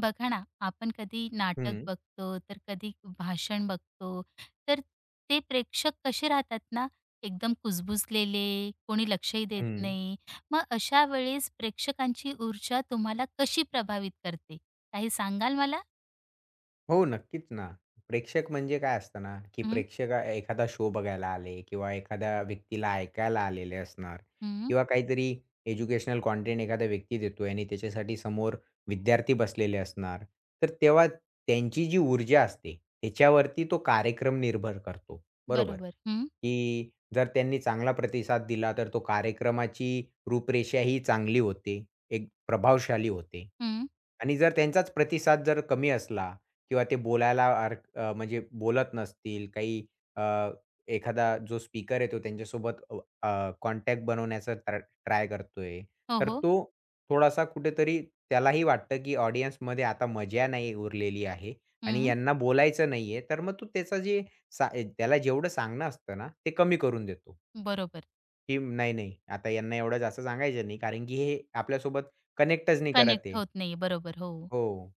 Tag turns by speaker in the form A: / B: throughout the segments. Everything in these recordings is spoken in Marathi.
A: बघा ना, आपण कधी नाटक
B: हं,
A: बघतो, तर कधी भाषण बघतो, तर ते प्रेक्षक कसे राहतात ना, एकदम कुजबुजलेले, कोणी लक्षही देत
B: हं.
A: नाही. मग अशा वेळेस प्रेक्षकांची ऊर्जा तुम्हाला कशी प्रभावित करते? काही सांगाल मला?
B: हो, नक्कीच ना. प्रेक्षक म्हणजे काय असतं ना, की
A: हं,
B: प्रेक्षक एखादा शो बघायला आले किंवा एखाद्या व्यक्तीला ऐकायला आलेले असणार
A: हं.
B: किंवा काहीतरी एज्युकेशनल कंटेंट एखादा व्यक्ती देतोय आणि त्याच्यासाठी समोर विद्यार्थी बसलेले असणार. तर तेव्हा त्यांची जी ऊर्जा असते, त्याच्यावरती तो कार्यक्रम निर्भर करतो, बरोबर?
A: बरोबर. हं,
B: की जर त्यांनी चांगला प्रतिसाद दिला, तर तो कार्यक्रमाची रूपरेषा ही चांगली होते, एक प्रभावशाली होते.
A: हं.
B: आणि जर त्यांचाच प्रतिसाद जर कमी असला किंवा ते बोलायला म्हणजे बोलत नसतील, काही अ, एखादा जो स्पीकर येतो त्यांच्यासोबत अ, अ, कॉन्टॅक्ट बनवण्याचा ट्राय ट्राय करतोय.
A: हो,
B: तर
A: हो.
B: तो थोडासा कुठेतरी त्यालाही वाटतं, की ऑडियन्समध्ये आता मजा नाही उरलेली आहे आणि
A: हं.
B: यांना बोलायचं नाहीये. तर मग तो त्याचं जे त्याला जेवढं सांगणं असतं ना, ते कमी करून देतो,
A: बरोबर.
B: की नाही, नाही आता यांना एवढं जास्त सांगायचं नाही कारण की हे आपल्यासोबत कनेक्टच नाही करत
A: कनेक्ट
B: आहे.
A: होत नाही. बरोबर. हो.
B: हो.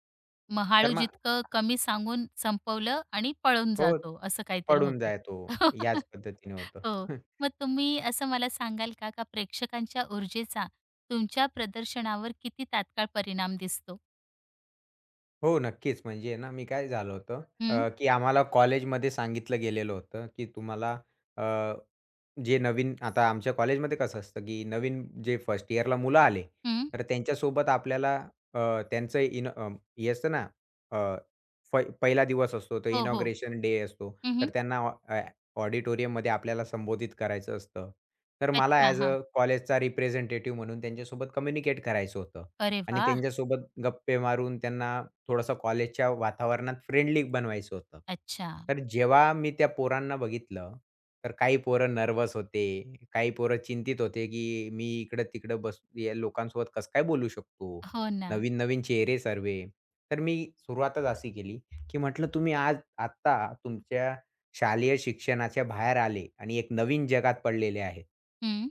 A: मग
B: तर
A: हळू
B: मग
A: जितकं कमी सांगून संपवलं आणि पळून
B: हो.
A: जातो, असं काहीतरी
B: पडून
A: होतं.
B: जातो. याच पद्धतीने होतं.
A: हो. मग तुम्ही असं मला सांगाल का, का प्रेक्षकांच्या ऊर्जेचा तुमच्या प्रदर्शनावर किती तात्काळ परिणाम दिसतो?
B: हो, नक्कीच. म्हणजे ना, मी काय झालं होतं
A: हं,
B: की आम्हाला कॉलेजमध्ये सांगितलं गेलेलं होतं, की तुम्हाला अ जे नवीन आता आमच्या कॉलेजमध्ये कसं असतं, की नवीन जे फर्स्ट इयरला मुलं आले,
A: हं.
B: तर त्यांच्यासोबत आपल्याला अ, त्यांचं इन अ, हे असतं ना, अ, पहिला दिवस असतो, तो
A: हो, हो.
B: इनॉग्रेशन डे असतो.
A: हं,
B: तर
A: हं.
B: त्यांना ऑडिटोरियममध्ये आपल्याला संबोधित करायचं असतं. तर मला
A: अच्छा.
B: ॲज अ
A: हां.
B: कॉलेजचा रिप्रेझेंटेटिव्ह म्हणून त्यांच्यासोबत कम्युनिकेट करायचं होतं
A: अरे
B: आणि
A: वाह!
B: त्यांच्यासोबत गप्पे मारून त्यांना थोडंसं कॉलेजच्या वातावरणात फ्रेंडली बनवायचं होतं.
A: अच्छा.
B: तर जेव्हा मी त्या पोरांना बघितलं, तर काही पोरं नर्वस होते, काही पोरं चिंतित होते, की मी इकडं-तिकडं बस या लोकांसोबत कसं काय बोलू शकतो?
A: हो ना.
B: नवीन-नवीन चेहरे सर्व. तर मी सुरुवातच अशी केली, की म्हटलं तुम्ही आज आत्ता तुमच्या शालेय शिक्षणाच्या बाहेर आले आणि एक नवीन जगात पडलेले आहेत.
A: हं.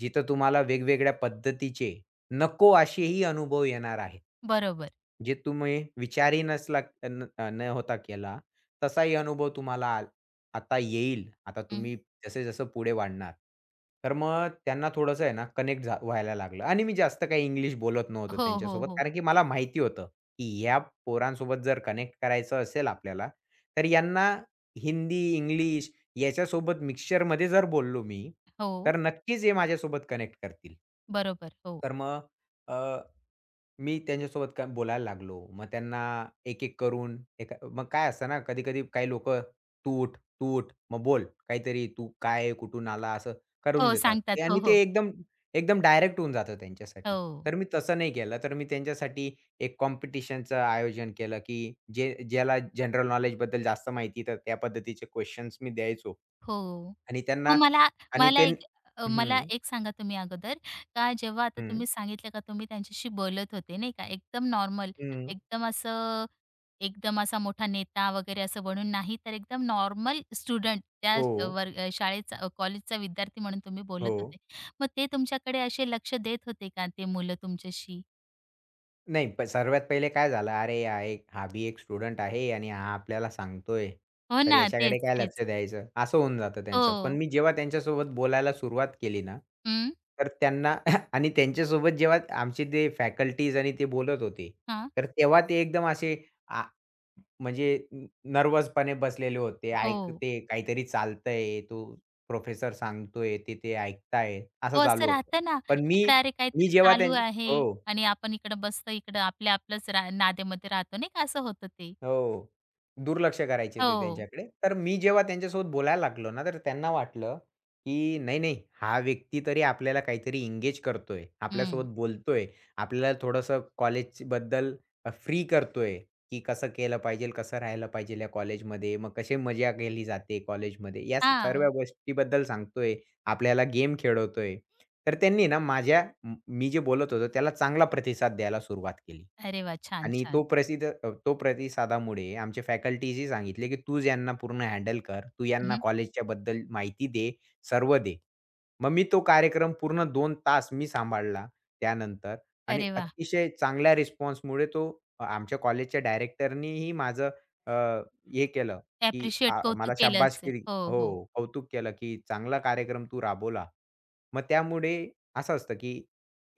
B: जिथं तुम्हाला वेगवेगळ्या पद्धतीचे नको असेही अनुभव येणार आहेत.
A: बरोबर.
B: जे तुम्ही विचारही नसला न न होता केला, तसाही अनुभव तुम्हाला आता येईल. आता
A: हं.
B: तुम्ही जसे जसं पुढे वाढणार. तर मग त्यांना थोडंसं आहे ना कनेक्ट व्हायला लागलं आणि मी जास्त काही इंग्लिश बोलत नव्हतो
A: हो, हो,
B: त्यांच्यासोबत.
A: हो.
B: कारण की मला माहिती होतं, की ह्या पोरांसोबत जर कनेक्ट करायचं असेल आपल्याला, तर यांना हिंदी, इंग्लिश याच्यासोबत मिक्सचरमध्ये जर बोललो मी,
A: हो.
B: तर नक्कीच हे माझ्यासोबत कनेक्ट करतील.
A: बरोबर. हो.
B: तर मग अ, मी त्यांच्यासोबत काय बोलायला लागलो. मग त्यांना एक-एक करून एका मग काय असतं ना, कधी-कधी काही लोकं, "तू उठ, तू उठ, मग बोल काहीतरी, तू काय कुठून आला?" असं करून
A: हो,
B: देतात.
A: सांगतात.
B: ते
A: हो,
B: आणि
A: हो.
B: ते एकदम एकदम डायरेक्ट होऊन जातं त्यांच्यासाठी.
A: हो.
B: तर मी तसं नाही केलं. तर मी त्यांच्यासाठी एक कॉम्पिटिशनचं आयोजन केलं, की जे ज्याला जनरल नॉलेजबद्दल जास्त माहिती, तर त्या पद्धतीचे क्वेशन्स मी द्यायचो.
A: हो.
B: आणि
A: मग
B: त्यांना
A: मला
B: आणि
A: मला
B: ते
A: एक अ, मला
B: हं,
A: एक सांगा तुम्ही अगोदर का जेव्हा आता
B: हं,
A: तुम्ही सांगितलं का तुम्ही त्यांच्याशी बोलत होते नाही का, एकदम नॉर्मल,
B: हं.
A: एकदम असं एकदम असा मोठा नेता वगैरे असं बनून नाही, तर एकदम नॉर्मल स्टुडंट
B: हो.
A: कॉलेजचा विद्यार्थी म्हणून तुम्ही बोलत
B: हो.
A: होते. मग ते तुमच्याकडे असे लक्ष देत होते का ते मुलं तुमच्याशी?
B: नाही, सर्वात पहिले काय झालं, अरे हा एक हा बी एक स्टुडंट आहे आणि हा आपल्याला सांगतोय,
A: हो
B: तर
A: ना, तेच,
B: याच्याकडे काय लक्ष
A: तेच.
B: द्यायचं, असं होऊन जातं त्यांचं. पण
A: हो.
B: मी जेव्हा त्यांच्यासोबत बोलायला सुरुवात केली ना,
A: हं,
B: तर त्यांना आणि त्यांच्यासोबत जेव्हा आमचे ते फॅकल्टीज आणि ते बोलत होते,
A: हां.
B: तर तेव्हा ते एकदम असे आ म्हणजे बसलेले होते.
A: हो.
B: ऐकते, काहीतरी चालतंय, तो प्रोफेसर सांगतोय, ते ते ऐकताय, असं
A: हो, असं
B: चालू होतं.
A: राहतं ना,
B: पण मी
A: तिकडे अरे
B: मी
A: काहीतरी
B: जेव्हा त्यां
A: चालू आहे
B: हो.
A: आणि आपण इकडं बसतो इकडं आपल्या आपलंच नादेमध्ये राहतो नाही का, असं होतं ते.
B: हो. दुर्लक्ष करायचे ते
A: हो.
B: त्यांच्याकडे. तर मी जेव्हा त्यांच्यासोबत बोलायला लागलो ना, तर त्यांना वाटलं, की नाही, नाही हा व्यक्ती तरी आपल्याला काहीतरी एंगेज करतोय.
A: हं.
B: आपल्यासोबत बोलतोय. आपल्याला थोडंसं कॉलेजबद्दल फ्री करतोय, की कसं केलं पाहिजे, कसं राहिलं पाहिजे या कॉलेजमध्ये. मग कशी मजा केली जाते कॉलेजमध्ये. या सर्व
A: हां.
B: गोष्टीबद्दल सांगतोय. आपल्याला गेम खेळवतोय. तर त्यांनी ना माझ्या म मी जे बोलत होतो त्याला चांगला प्रतिसाद द्यायला सुरुवात केली.
A: अरे वाह! छान,
B: आणि
A: छान.
B: तो प्रतिसादामुळे आमचे फॅकल्टीजही सांगितले, की तू यांना पूर्ण हँडल कर. तू यांना
A: हं,
B: कॉलेजच्या बद्दल माहिती दे, सर्व दे." मग मी तो कार्यक्रम पूर्ण 2 तास मी सांभाळला त्यानंतर आणि
A: अरे वाह!
B: अतिशय चांगल्या रिस्पॉन्समुळे तो आमच्या कॉलेजच्या डायरेक्टरनीही माझं अ, हे केलं, की
A: ॲप्रिशिएट
B: आ मला
A: कौतुक केलं असेल.
B: शाब्बासकी
A: हो, हो.
B: हो, कौतुक केलं, की चांगला कार्यक्रम तू राबवला. मग त्यामुळे असं असतं, की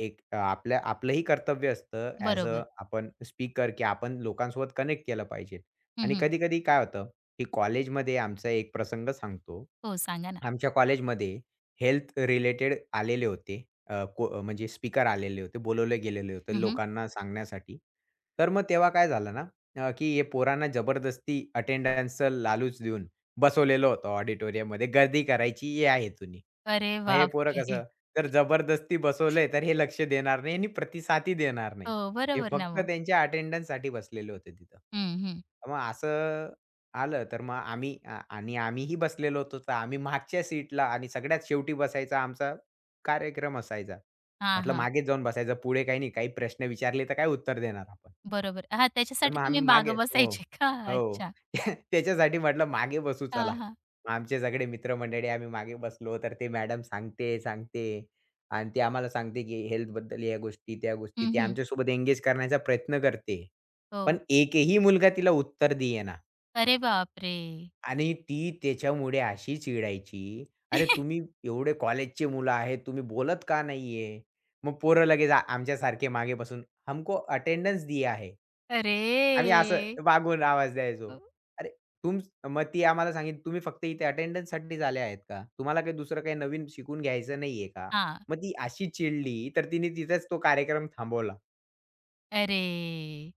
B: एक आपल्या आपलंही कर्तव्य असतं ॲज
A: बरोबर.
B: अ आपण स्पीकर, की आपण लोकांसोबत कनेक्ट केलं पाहिजे. आणि
A: हं,
B: कधी-कधी काय होतं, की कॉलेजमध्ये आमचा एक प्रसंग सांगतो.
A: हो, सांगा ना.
B: आमच्या कॉलेजमध्ये हेल्थ रिलेटेड आलेले होते. म्हणजे स्पीकर आलेले होते, बोलावले गेलेले होते
A: हं,
B: लोकांना सांगण्यासाठी. तर मग तेव्हा काय झालं ना, की हे पोरांना जबरदस्ती अटेंडन्सचं लालूच देऊन बसवलेलं होतं ऑडिटोरियममध्ये गर्दी करायची हे आहे तुम्ही.
A: अरे
B: मग हे पोरं
A: बापरे!
B: कसं जर जबरदस्ती बसवलंय तर हे लक्ष देणार नाही आणि प्रतिसादही देणार नाही.
A: हो,
B: हे
A: बरोबर ना
B: फक्त
A: मग.
B: त्यांच्या अटेंडन्ससाठी बसलेले होते तिथं.
A: हं, हं.
B: मग असं आलं तर मग आम्ही आ आणि आम्हीही बसलेलो होतो तर आम्ही मागच्या सीटला आणि सगळ्यात शेवटी बसायचा आमचा कार्यक्रम असायचा.
A: हां,
B: म्हटलं
A: हां.
B: मागेच जाऊन बसायचं पुढे काही नाही काही प्रश्न विचारले तर काय उत्तर देणार आपण?
A: बरोबर. हां,
B: तर
A: त्याच्यासाठी
B: मग
A: तुम्ही
B: आम्ही मागे
A: मागं
B: हो.
A: बसायचे का?
B: हो.
A: अच्छा.
B: त्याच्यासाठी म्हटलं मागे बसू चला.
A: हां, हां.
B: मग आमचे सगळे मित्रमंडळी आम्ही मागे बसलो, तर ते मॅडम सांगते, सांगते आणि ती आम्हाला सांगते, की हेल्थबद्दल या गोष्टी, त्या गोष्टी.
A: हं,
B: ती
A: हं.
B: आमच्यासोबत एंगेज करण्याचा प्रयत्न करते. पण
A: हो.
B: एकही मुलगा तिला उत्तर देईना.
A: अरे बापरे!
B: आणि ती त्याच्यामुळे अशी चिडायची, "अरे, तुम्ही एवढे कॉलेजचे मुलं आहेत, तुम्ही बोलत का नाही आहे?" मग पोरं लगेच आमच्यासारखे मागे बसून, "हमको अटेंडेंस दिया है."
A: अरे!
B: आम्ही असं मागून आवाज द्यायचो.
A: अ,
B: "अरे, तुम" मग ती आम्हाला सांगितली, "तुम्ही फक्त इथे अटेंडन्ससाठीच आले आहेत का? तुम्हाला काही दुसरं काही नवीन शिकून घ्यायचं नाही आहे का?"
A: हां.
B: मग ती अशी चिडली, तर तिने तिथेच तो कार्यक्रम थांबवला.
A: अरे!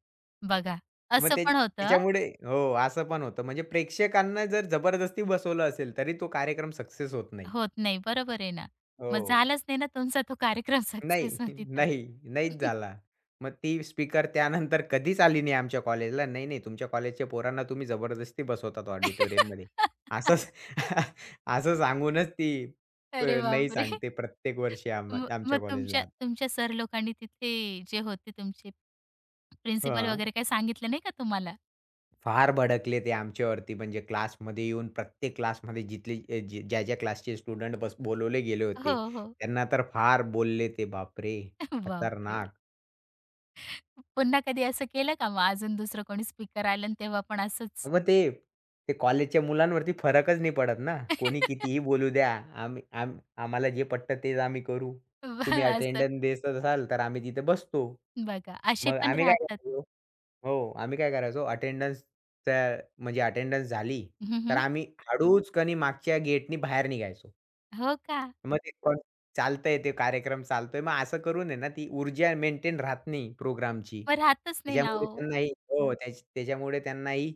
A: बघा,
B: मग
A: असं पण होतं.
B: त्याच्यामुळे हो, असं पण होतं. म्हणजे प्रेक्षकांना जर जबरदस्ती बसवलं असेल, तरी तो कार्यक्रम सक्सेस होत नाही.
A: होत नाही. बरोबर आहे ना. मग
B: हो.
A: झालाच नाही ना तुमचा तो कार्यक्रम
B: नाही,
A: सक्सेस मग तिथं.
B: नाही, नाहीच झाला. मग ती स्पीकर त्यानंतर कधीच आली नाही आमच्या कॉलेजला. "नाही, नाही, तुमच्या कॉलेजच्या पोरांना तुम्ही जबरदस्ती बसवतात ऑडिटोरियममध्ये." असं असं सांगूनच ती
A: अरे
B: नाही
A: बापरे!
B: सांगते प्रत्येक वर्षी आम्हा
A: मग
B: आमच्या
A: तुमच्या
B: कॉलेजला आता.
A: तुमच्या सर लोकांनी तिथे जे होते तुमचे प्रिन्सिपल
B: हां.
A: वगैरे काही सांगितलं नाही का तुम्हाला?
B: फार भडकले ते आमच्यावरती म्हणजे क्लासमध्ये येऊन प्रत्येक क्लासमध्ये जिथले जे ज्या-ज्या क्लासचे स्टुडंट बोलवले गेले
A: हो,
B: होते,
A: हो.
B: त्यांना तर फार बोलले ते. बापरे!
A: बापरे!
B: खतरनाक.
A: पुन्हा कधी असं केलं का मग अजून दुसरं कोणी स्पीकर आलं आणि तेव्हा पण असंच?
B: मग ते ते कॉलेजच्या मुलांवरती फरकच नाही पडत ना. कोणी कितीही बोलू द्या. आम्ही आम आम्हाला जे पटतं तेच आम्ही करू.
A: ब-
B: तुम्ही
A: असं
B: अटेंडन्स देत असाल तर आम्ही तिथे बसतो.
A: बघा असे
B: मग
A: पण
B: आम्ही काय
A: राहतात.
B: करायचो हो, आम्ही काय करायचो अटेंडन्सच्या म्हणजे अटेंडन्स झाली,
A: हं,
B: तर
A: हं.
B: आम्ही हळूच मागच्या गेटनी बाहेर निघायचो.
A: हो का?
B: मग ते पण चालतंय ते कार्यक्रम चालतोय. मग असं करून आहे ना, ती ऊर्जा मेंटेन राहत नाही प्रोग्रामची.
A: मग राहतच नाही ना
B: त्याच्यामुळे
A: ओ.
B: त्यांनाही हो, त्याच्यामुळे त्यांनाही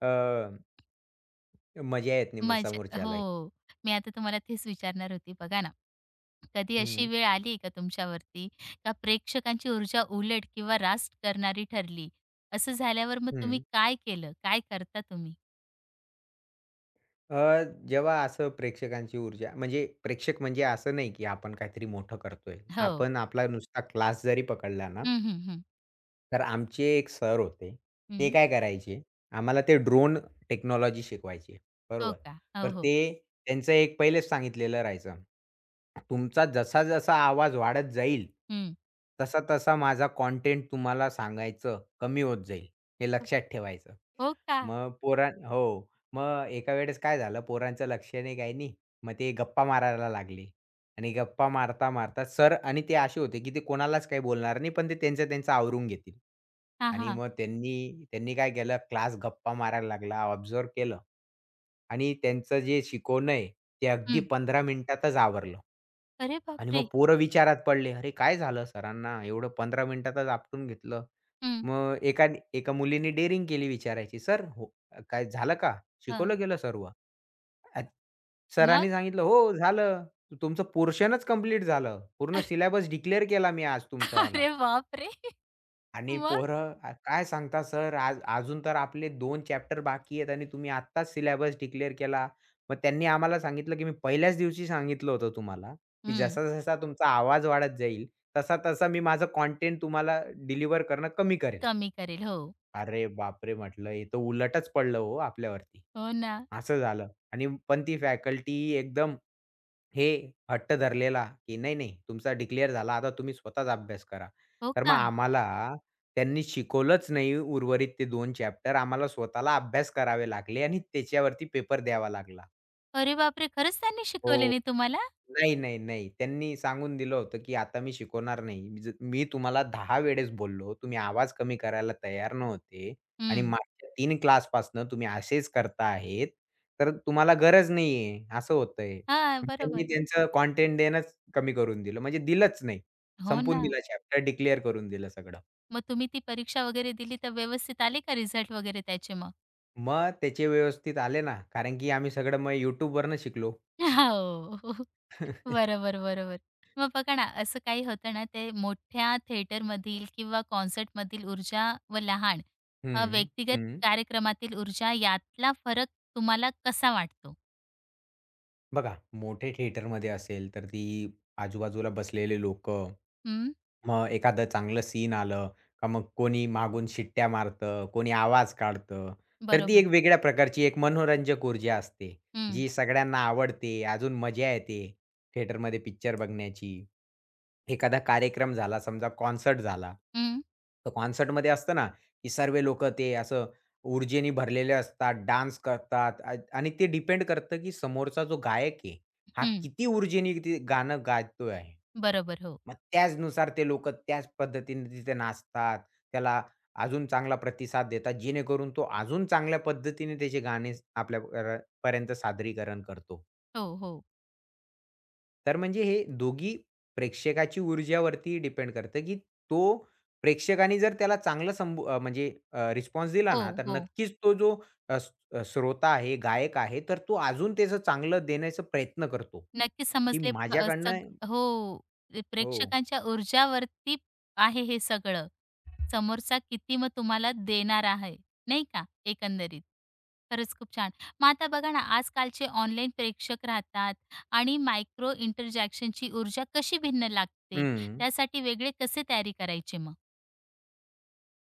B: अ, मजा येत नाही मग
A: मजा
B: समोरच्यालाही.
A: हो. मी आता तुम्हाला तेच विचारणार होती. बघा ना, कधी अशी
B: हं.
A: वेळ आली का तुमच्यावरती का प्रेक्षकांची ऊर्जा उलट किंवा रास्ट करणारी ठरली? असं झाल्यावर मग तुम्ही
B: हं.
A: काय केलं? काय करता तुम्ही?
B: अ, जेव्हा असं प्रेक्षकांची ऊर्जा म्हणजे प्रेक्षक म्हणजे असं नाही, की आपण काहीतरी मोठं करतोय.
A: हो.
B: आपण आपला नुसता क्लास जरी पकडला ना
A: हं, हं, हं.
B: तर आमचे एक सर होते. ते
A: हं.
B: काय करायचे, आम्हाला ते ड्रोन टेक्नॉलॉजी शिकवायचे.
A: हो
B: बरोबर.
A: का? हो,
B: तर
A: हो.
B: ते त्यांचं एक पहिलेच सांगितलेलं राहायचं. तुमचा जसा-जसा आवाज वाढत जाईल,
A: हं.
B: तसा-तसा माझा कंटेंट तुम्हाला सांगायचं कमी होत जाईल. हे लक्षात ठेवायचं.
A: हो का?
B: मग पोरां हो. मग एका वेळेस काय झालं, पोरांचं लक्ष नाही काही नाही. मग ते गप्पा मारायला लागले. आणि गप्पा मारता, मारता सर आणि ते असे होते, की ते कोणालाच काही बोलणार नाही, पण ते त्यांचं-त्यांचं आवरून घेतील.
A: हां,
B: आणि
A: हां.
B: मग त्यांनी त्यांनी काय केलं, क्लास गप्पा मारायला लागला, ऑब्झर्व्ह केलं आणि त्यांचं जे शिकवणं आहे, ते अगदी
A: हं.
B: 15 मिनिटातच आवरलं.
A: अरे
B: आणि मग
A: बापरे!
B: पोरं विचारात पडले, "अरे काय झालं सरांना? एवढं 15 मिनिटातच आपटून घेतलं."
A: हं.
B: मग एका एका मुलीने डेअरिंग केली विचारायची, "सर, हो काय झालं का?
A: हां.
B: शिकवलं गेलं सर्व?" अ,
A: मग?
B: सरांनी सांगितलं, "हो, झालं. तुमचं पोर्शनच कंप्लीट झालं. पूर्ण सिलेबस डिक्लेअर केला मी आज तुमचावाला."
A: अरे बापरे!
B: आणि
A: मग?
B: पोरं काय सांगता सर आज अजून तर आपले 2 चॅप्टर बाकी आहेत आणि तुम्ही आत्ताच सिलेबस डिक्लेअर केला. मग त्यांनी आम्हाला सांगितलं, की "मी पहिल्याच दिवशी सांगितलं होतं तुम्हाला, की
A: हं.
B: जसा-जसा तुमचा आवाज वाढत जाईल, तसा-तसा मी माझं कॉन्टेंट तुम्हाला डिलिव्हर करणं कमी करेल."
A: कमी करेल. हो.
B: अरे बापरे! म्हटलं हे तर उलटच पडलं हो आपल्यावरती.
A: हो ना.
B: असं झालं आणि पण ती फॅकल्टी एकदम हे हट्ट धरलेला, की नाही, नाही तुमचा डिक्लेअर झाला आता तुम्ही स्वतःच अभ्यास करा.
A: हो
B: तर मग
A: का?
B: आम्हाला त्यांनी शिकवलंच नाही उर्वरित ते 2 चॅप्टर आम्हाला स्वतःला अभ्यास करावे लागले आणि त्याच्यावरती पेपर द्यावा लागला.
A: अरे बापरे! खरंच त्यांनी शिकवले
B: हो.
A: नाही तुम्हाला?
B: नाही, नाही, नाही. त्यांनी सांगून दिलं होतं, की आता मी शिकवणार नाही. मी मी तुम्हाला 10 वेळेस बोललो, तुम्ही आवाज कमी करायला तयार नव्हते आणि मागच्या 3 क्लासपासनं तुम्ही असेच करता आहेत, तर तुम्हाला गरज नाहीये, असं होतंय.
A: हा,
B: मग त्यांनी
A: बरोबर.
B: त्यांचं कंटेंट देणंच कमी करून दिलं. म्हणजे दिलंच नाही.
A: हो
B: संपवून
A: ना.
B: दिला चॅप्टर डिक्लेअर करून दिलं सगळं.
A: मग तुम्ही ती परीक्षा वगैरे दिली तर व्यवस्थित आले का रिझल्ट वगैरे त्याचे मग?
B: मग त्याचे व्यवस्थित आले ना, कारण की आम्ही सगळं मग YouTubeवरनं शिकलो.
A: हो. बरोबर, बरोबर. मग बघा ना, असं काही होतं ना, ते मोठ्या थिएटरमधील किंवा कॉन्सर्टमधील ऊर्जा व लहान
B: हं,
A: व्यक्तिगत
B: हं.
A: कार्यक्रमातील ऊर्जा यातला फरक तुम्हाला कसा वाटतो?
B: बघा, मोठे थिएटरमध्ये असेल, तर ती आजूबाजूला बसलेले लोक,
A: हं,
B: मग एखादं चांगलं सीन आलं, का मग कोणी मागून शिट्ट्या मारतं, कोणी आवाज काढतं. तर ती
A: बरोबर.
B: एक वेगळ्या प्रकारची एक मनोरंजक ऊर्जा असते,
A: हं,
B: जी सगळ्यांना आवडते. अजून मजा येते थिएटरमध्ये पिक्चर बघण्याची. एखादा कार्यक्रम झाला, समजा कॉन्सर्ट झाला.
A: हं,
B: तर कॉन्सर्टमध्ये असतं ना, की सर्व लोकं ते असं ऊर्जेने भरलेले असतात, डान्स करतात आणि ते डिपेंड करतं, की समोरचा जो गायक आहे, हा
A: हं.
B: किती ऊर्जेने ते गाणं गातो आहे.
A: बरोबर. हो.
B: मग त्याचनुसार ते लोकं त्याच पद्धतीने तिथे नाचतात. त्याला अजून चांगला प्रतिसाद देतात, जेणेकरून तो अजून चांगल्या पद्धतीने त्याचे गाणे आपल्यापर्यंत सादरीकरण करतो.
A: हो, हो.
B: तर म्हणजे हे दोघी प्रेक्षकाची ऊर्जावरती डिपेंड करतं, की तो प्रेक्षकाने जर त्याला चांगला म्हणजे रिस्पॉन्स दिला
A: हो,
B: ना, तर
A: हो.
B: नक्कीच तो जो श्रोता आहे, गायक आहे, तर तो अजून त्याचं चांगलं देण्याचा प्रयत्न करतो,
A: नक्कीच
B: की
A: समजले. प- अ, सग
B: माझ्याकडनं
A: हो. ते
B: हो.
A: प्रेक्षकांच्या ऊर्जावरती आहे हे सगळं. समोरचा किती मग तुम्हाला देणार आहे, नाही का, एकंदरीत. खरंच खूप छान. मग आता बघा ना, आजकालचे ऑनलाईन प्रेक्षक राहतात आणि मायक्रो इंटरजॅक्शनची ऊर्जा कशी भिन्न लागते,
B: हं.
A: त्यासाठी वेगळे कसे तयारी करायचे मग?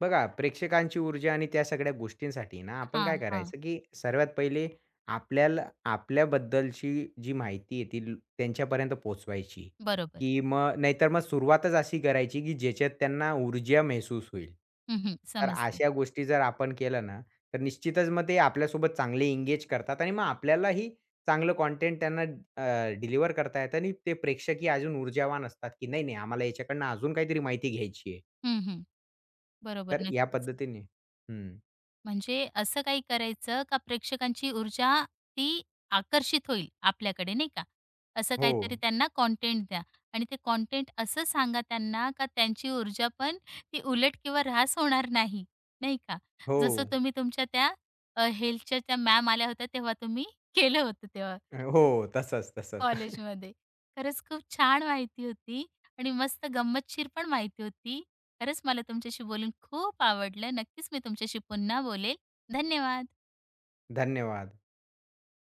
B: बघा, प्रेक्षकांची ऊर्जा आणि त्या सगळ्या गोष्टींसाठी ना, आपण
A: हां,
B: काय
A: हां.
B: करायचं, की सर्वात पहिले आपल्याला आपल्याबद्दलची जी माहिती आहे ती त्यांच्यापर्यंत पोहोचवायची,
A: बरोबर.
B: की मग नाहीतर मग सुरुवातच अशी करायची, की ज्याच्यात त्यांना ऊर्जा महसूस होईल.
A: हं, हं.
B: तर
A: समजले.
B: अशा गोष्टी जर आपण केल्या ना, तर निश्चितच मग ते आपल्यासोबत चांगले एंगेज करतात आणि मग आपल्यालाही चांगलं कंटेंट त्यांना डिलिव्हर करता येतं आणि ते प्रेक्षकही अजून ऊर्जावान असतात, की नाही, नाही, आम्हाला याच्याकडनं अजून काहीतरी माहिती घ्यायची आहे.
A: हं, हं. बरोबर.
B: तर या
A: नक्कीच.
B: पद्धतीने हं.
A: म्हणजे असं काही करायचं का प्रेक्षकांची ऊर्जा ती आकर्षित होईल आपल्याकडे नाही का? असं
B: हो,
A: काहीतरी त्यांना कंटेंट द्या आणि ते कंटेंट असं सांगा त्यांना का त्यांची ऊर्जा पण ती उलट किंवा ऱ्हास होणार नाही, नाही का?
B: हो,
A: जसं तुम्ही तुमच्या त्या हेल्थच्या त्या मॅम आल्या होत्या तेव्हा तुम्ही केलं होतं तेव्हा
B: हो. तसंच, तसंच.
A: कॉलेजमध्ये. खरंच खूप छान माहिती होती आणि मस्त गंमतशीर पण माहिती होती. खरंच मला तुमच्याशी बोलून खूप आवडलं. नक्कीच मी तुमच्याशी पुन्हा बोलेल. धन्यवाद.
B: धन्यवाद.